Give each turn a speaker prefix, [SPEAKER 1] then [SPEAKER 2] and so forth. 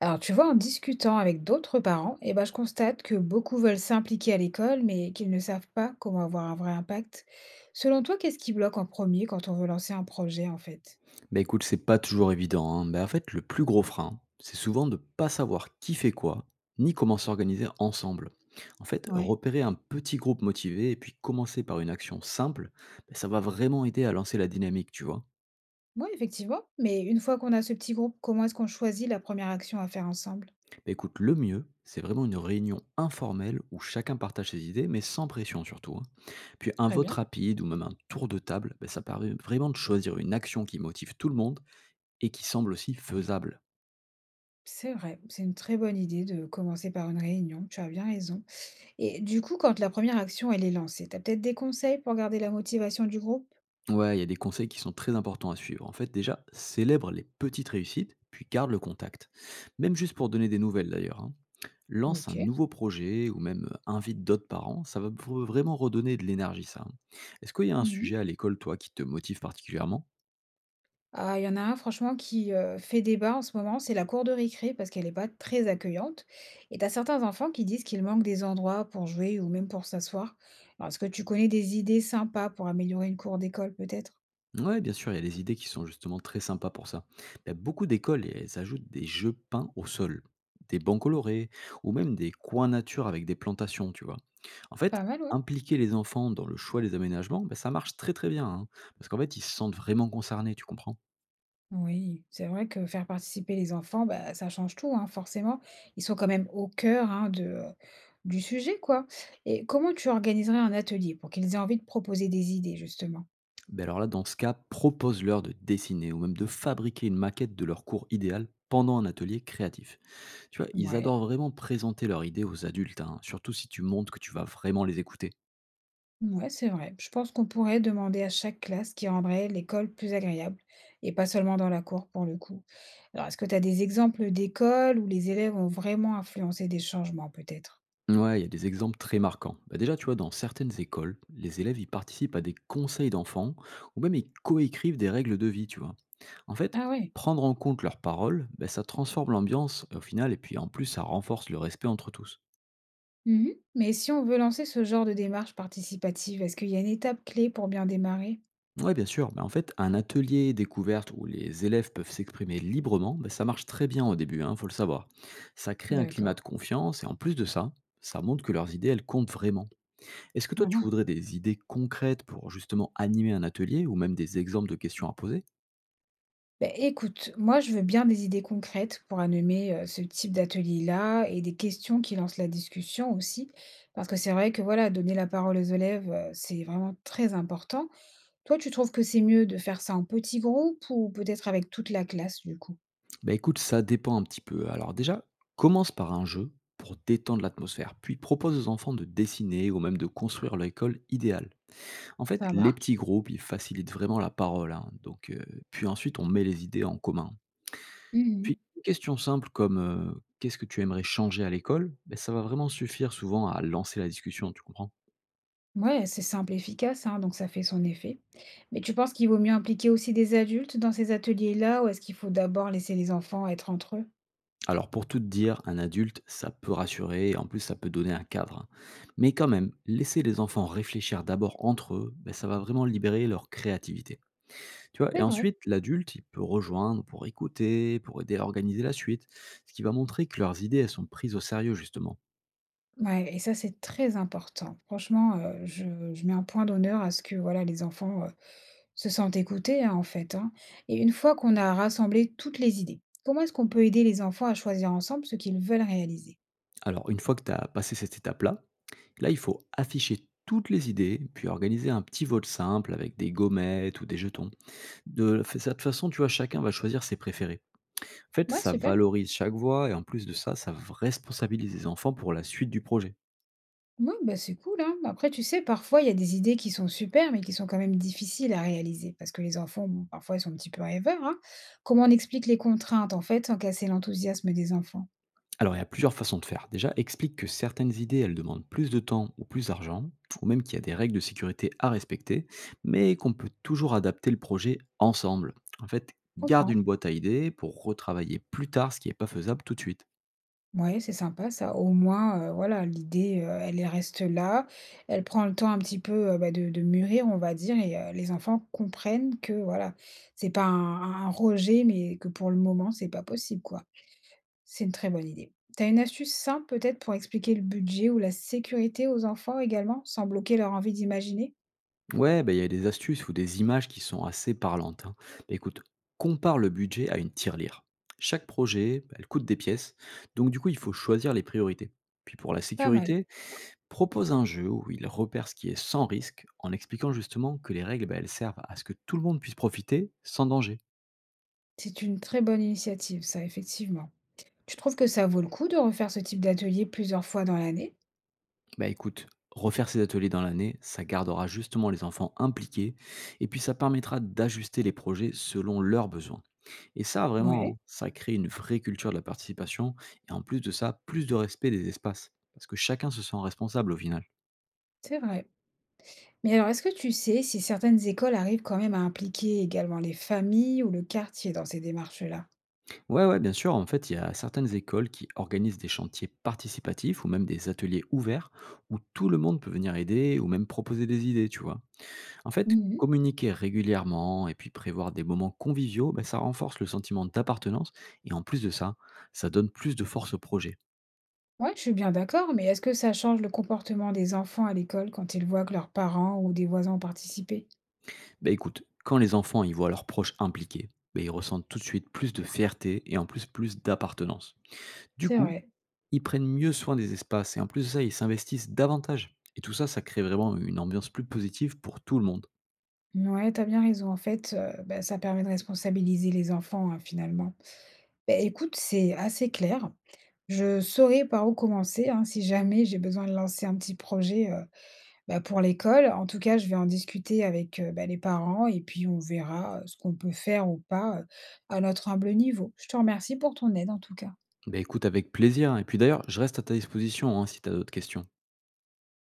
[SPEAKER 1] Alors, tu vois, en discutant avec d'autres parents, eh ben, je constate que beaucoup veulent s'impliquer à l'école, mais qu'ils ne savent pas comment avoir un vrai impact. Selon toi, qu'est-ce qui bloque en premier quand on veut lancer un projet, en fait?
[SPEAKER 2] Bah écoute, c'est pas toujours évident, hein. Bah, en fait, le plus gros frein, c'est souvent de pas savoir qui fait quoi, ni comment s'organiser ensemble. En fait,
[SPEAKER 1] Ouais.
[SPEAKER 2] repérer un petit groupe motivé et puis commencer par une action simple, bah, ça va vraiment aider à lancer la dynamique, tu vois.
[SPEAKER 1] Oui, effectivement. Mais une fois qu'on a ce petit groupe, comment est-ce qu'on choisit la première action à faire ensemble?
[SPEAKER 2] Bah écoute, le mieux, c'est vraiment une réunion informelle où chacun partage ses idées, mais sans pression surtout, hein. Puis un
[SPEAKER 1] Très
[SPEAKER 2] vote
[SPEAKER 1] bien.
[SPEAKER 2] rapide ou même un tour de table, bah, ça permet vraiment de choisir une action qui motive tout le monde et qui semble aussi faisable.
[SPEAKER 1] C'est vrai, c'est une très bonne idée de commencer par une réunion, tu as bien raison. Et du coup, quand la première action, elle est lancée, tu as peut-être des conseils pour garder la motivation du groupe?
[SPEAKER 2] Ouais, il y a des conseils qui sont très importants à suivre. En fait, déjà, célèbre les petites réussites, puis garde le contact. Même juste pour donner des nouvelles d'ailleurs, hein. Lance
[SPEAKER 1] Ok.
[SPEAKER 2] un nouveau projet ou même invite d'autres parents. Ça va vraiment redonner de l'énergie, ça, hein. Est-ce qu'il y a un sujet à l'école, toi, qui te motive particulièrement?
[SPEAKER 1] Ah, il y en a un franchement qui, fait débat en ce moment, c'est la cour de récré parce qu'elle n'est pas très accueillante et tu as certains enfants qui disent qu'il manque des endroits pour jouer ou même pour s'asseoir. Alors est-ce que tu connais des idées sympas pour améliorer une cour d'école peut-être?
[SPEAKER 2] Ouais, bien sûr, il y a des idées qui sont justement très sympas pour ça. T'as beaucoup d'écoles, elles ajoutent des jeux peints au sol, des bancs colorés, ou même des coins nature avec des plantations, tu vois. En fait,
[SPEAKER 1] Pas mal, oui.
[SPEAKER 2] impliquer les enfants dans le choix des aménagements, ben, ça marche très très bien, hein, parce qu'en fait, ils se sentent vraiment concernés, tu comprends.
[SPEAKER 1] Oui, c'est vrai que faire participer les enfants, bah, ça change tout, hein, forcément. Ils sont quand même au cœur, hein, du sujet, quoi, et comment tu organiserais un atelier pour qu'ils aient envie de proposer des idées justement?
[SPEAKER 2] Ben alors là, dans ce cas, propose-leur de dessiner ou même de fabriquer une maquette de leur cours idéal pendant un atelier créatif. Tu vois, ils
[SPEAKER 1] Ouais.
[SPEAKER 2] adorent vraiment présenter leurs idées aux adultes, hein, surtout si tu montres que tu vas vraiment les écouter.
[SPEAKER 1] Ouais, c'est vrai. Je pense qu'on pourrait demander à chaque classe ce qui rendrait l'école plus agréable et pas seulement dans la cour pour le coup. Alors, est-ce que tu as des exemples d'écoles où les élèves ont vraiment influencé des changements peut-être?
[SPEAKER 2] Ouais, il y a des exemples très marquants. Bah déjà, tu vois, dans certaines écoles, les élèves ils participent à des conseils d'enfants ou même ils coécrivent des règles de vie, tu vois. En fait,
[SPEAKER 1] Ah ouais.
[SPEAKER 2] prendre en compte leurs paroles, bah, ça transforme l'ambiance au final et puis en plus, ça renforce le respect entre tous.
[SPEAKER 1] Mhm. Mais si on veut lancer ce genre de démarche participative, est-ce qu'il y a une étape clé pour bien démarrer?
[SPEAKER 2] Ouais, bien sûr, mais en fait, un atelier découverte où les élèves peuvent s'exprimer librement, bah, ça marche très bien au début, hein, faut le savoir. Ça crée un climat
[SPEAKER 1] D'accord.
[SPEAKER 2] de confiance et en plus de ça, ça montre que leurs idées, elles comptent vraiment. Est-ce que toi, tu voudrais des idées concrètes pour justement animer un atelier ou même des exemples de questions à poser?
[SPEAKER 1] Beh, écoute, moi je veux bien des idées concrètes pour animer, ce type d'atelier-là et des questions qui lancent la discussion aussi. Parce que c'est vrai que voilà, donner la parole aux élèves, c'est vraiment très important. Toi, tu trouves que c'est mieux de faire ça en petits groupes ou peut-être avec toute la classe du coup?
[SPEAKER 2] Bah, écoute, ça dépend un petit peu. Alors déjà, commence par un jeu pour détendre l'atmosphère, puis propose aux enfants de dessiner ou même de construire l'école idéale. En fait,
[SPEAKER 1] Ça
[SPEAKER 2] les
[SPEAKER 1] marche.
[SPEAKER 2] petits groupes, ils facilitent vraiment la parole, hein, donc puis ensuite, on met les idées en commun.
[SPEAKER 1] Mmh.
[SPEAKER 2] Puis une question simple comme, «Qu'est-ce que tu aimerais changer à l'école?» Ben ça va vraiment suffire souvent à lancer la discussion, tu comprends?
[SPEAKER 1] Ouais, c'est simple, et efficace, hein, donc ça fait son effet. Mais tu penses qu'il vaut mieux impliquer aussi des adultes dans ces ateliers-là ou est-ce qu'il faut d'abord laisser les enfants être entre eux?
[SPEAKER 2] Alors pour tout te dire, un adulte, ça peut rassurer et en plus ça peut donner un cadre, hein. Mais quand même, laisser les enfants réfléchir d'abord entre eux, ben, ça va vraiment libérer leur créativité. Tu vois, et
[SPEAKER 1] C'est vrai.
[SPEAKER 2] ensuite, l'adulte, il peut rejoindre pour écouter, pour aider à organiser la suite, ce qui va montrer que leurs idées, elles sont prises au sérieux justement.
[SPEAKER 1] Ouais et ça, c'est très important. Franchement, je mets un point d'honneur à ce que, voilà, les enfants, se sentent écoutés, hein, en fait, hein, et une fois qu'on a rassemblé toutes les idées, comment est-ce qu'on peut aider les enfants à choisir ensemble ce qu'ils veulent réaliser?
[SPEAKER 2] Alors une fois que tu as passé cette étape-là, là, il faut afficher toutes les idées, puis organiser un petit vote simple avec des gommettes ou des jetons. De cette façon, tu vois, chacun va choisir ses préférés. En fait,
[SPEAKER 1] Ouais,
[SPEAKER 2] ça
[SPEAKER 1] super.
[SPEAKER 2] valorise chaque voix et en plus de ça, ça responsabilise les enfants pour la suite du projet.
[SPEAKER 1] Ouais, bah, c'est cool, hein. Après, tu sais, parfois, il y a des idées qui sont super, mais qui sont quand même difficiles à réaliser parce que les enfants, bon, parfois, ils sont un petit peu rêveurs, hein. Comment on explique les contraintes, en fait, sans casser l'enthousiasme des enfants?
[SPEAKER 2] Alors, il y a plusieurs façons de faire. Déjà, explique que certaines idées, elles demandent plus de temps ou plus d'argent, ou même qu'il y a des règles de sécurité à respecter, mais qu'on peut toujours adapter le projet ensemble. En fait,
[SPEAKER 1] Je
[SPEAKER 2] garde
[SPEAKER 1] comprends.
[SPEAKER 2] une boîte à idées pour retravailler plus tard ce qui n'est pas faisable tout de suite.
[SPEAKER 1] Ouais, c'est sympa ça. Au moins, voilà, l'idée, elle est reste là. Elle prend le temps un petit peu, bah, de mûrir, on va dire, et les enfants comprennent que, voilà, c'est pas un rejet, mais que pour le moment, c'est pas possible, quoi. C'est une très bonne idée. T'as une astuce simple peut-être pour expliquer le budget ou la sécurité aux enfants également, sans bloquer leur envie d'imaginer?
[SPEAKER 2] Ouais, bah, il y a des astuces ou des images qui sont assez parlantes, hein. Bah, écoute, compare le budget à une tirelire. Chaque projet, bah, elle coûte des pièces, donc du coup, il faut choisir les priorités. Puis pour la
[SPEAKER 1] Pas mal.
[SPEAKER 2] sécurité, propose un jeu où il repère ce qui est sans risque en expliquant justement que les règles, bah, elles servent à ce que tout le monde puisse profiter sans danger.
[SPEAKER 1] C'est une très bonne initiative ça, effectivement. Tu trouves que ça vaut le coup de refaire ce type d'atelier plusieurs fois dans l'année?
[SPEAKER 2] Bah écoute, refaire ces ateliers dans l'année, ça gardera justement les enfants impliqués et puis ça permettra d'ajuster les projets selon leurs besoins. Et ça,
[SPEAKER 1] Ouais,
[SPEAKER 2] vraiment, ça crée une vraie culture de la participation et en plus de ça, plus de respect des espaces. Parce que chacun se sent responsable au final.
[SPEAKER 1] c'est vrai. Mais alors, est-ce que tu sais si certaines écoles arrivent quand même à impliquer également les familles ou le quartier dans ces démarches-là?
[SPEAKER 2] Ouais, ouais, bien sûr. En fait, il y a certaines écoles qui organisent des chantiers participatifs ou même des ateliers ouverts où tout le monde peut venir aider ou même proposer des idées, tu vois. En fait,
[SPEAKER 1] Mhm.
[SPEAKER 2] communiquer régulièrement et puis prévoir des moments conviviaux, ben, ça renforce le sentiment d'appartenance et en plus de ça, ça donne plus de force au projet.
[SPEAKER 1] Ouais, je suis bien d'accord, mais est-ce que ça change le comportement des enfants à l'école quand ils voient que leurs parents ou des voisins ont participé?
[SPEAKER 2] Bah écoute, quand les enfants y voient leurs proches impliqués, bah ils ressentent tout de suite plus de fierté et en plus plus d'appartenance. Du
[SPEAKER 1] C'est
[SPEAKER 2] coup,
[SPEAKER 1] vrai.
[SPEAKER 2] ils prennent mieux soin des espaces et en plus de ça, ils s'investissent davantage. Et tout ça, ça crée vraiment une ambiance plus positive pour tout le monde.
[SPEAKER 1] Ouais, t'as bien raison. En fait, bah, ça permet de responsabiliser les enfants, hein, finalement. Bah, écoute, c'est assez clair. Je saurai par où commencer, hein, si jamais j'ai besoin de lancer un petit projet, bah, pour l'école, en tout cas, je vais en discuter avec, bah, les parents et puis on verra, ce qu'on peut faire ou pas, à notre humble niveau. Je te remercie pour ton aide en tout cas.
[SPEAKER 2] Bah écoute, avec plaisir, hein. Et puis d'ailleurs, je reste à ta disposition, hein, si tu as d'autres questions.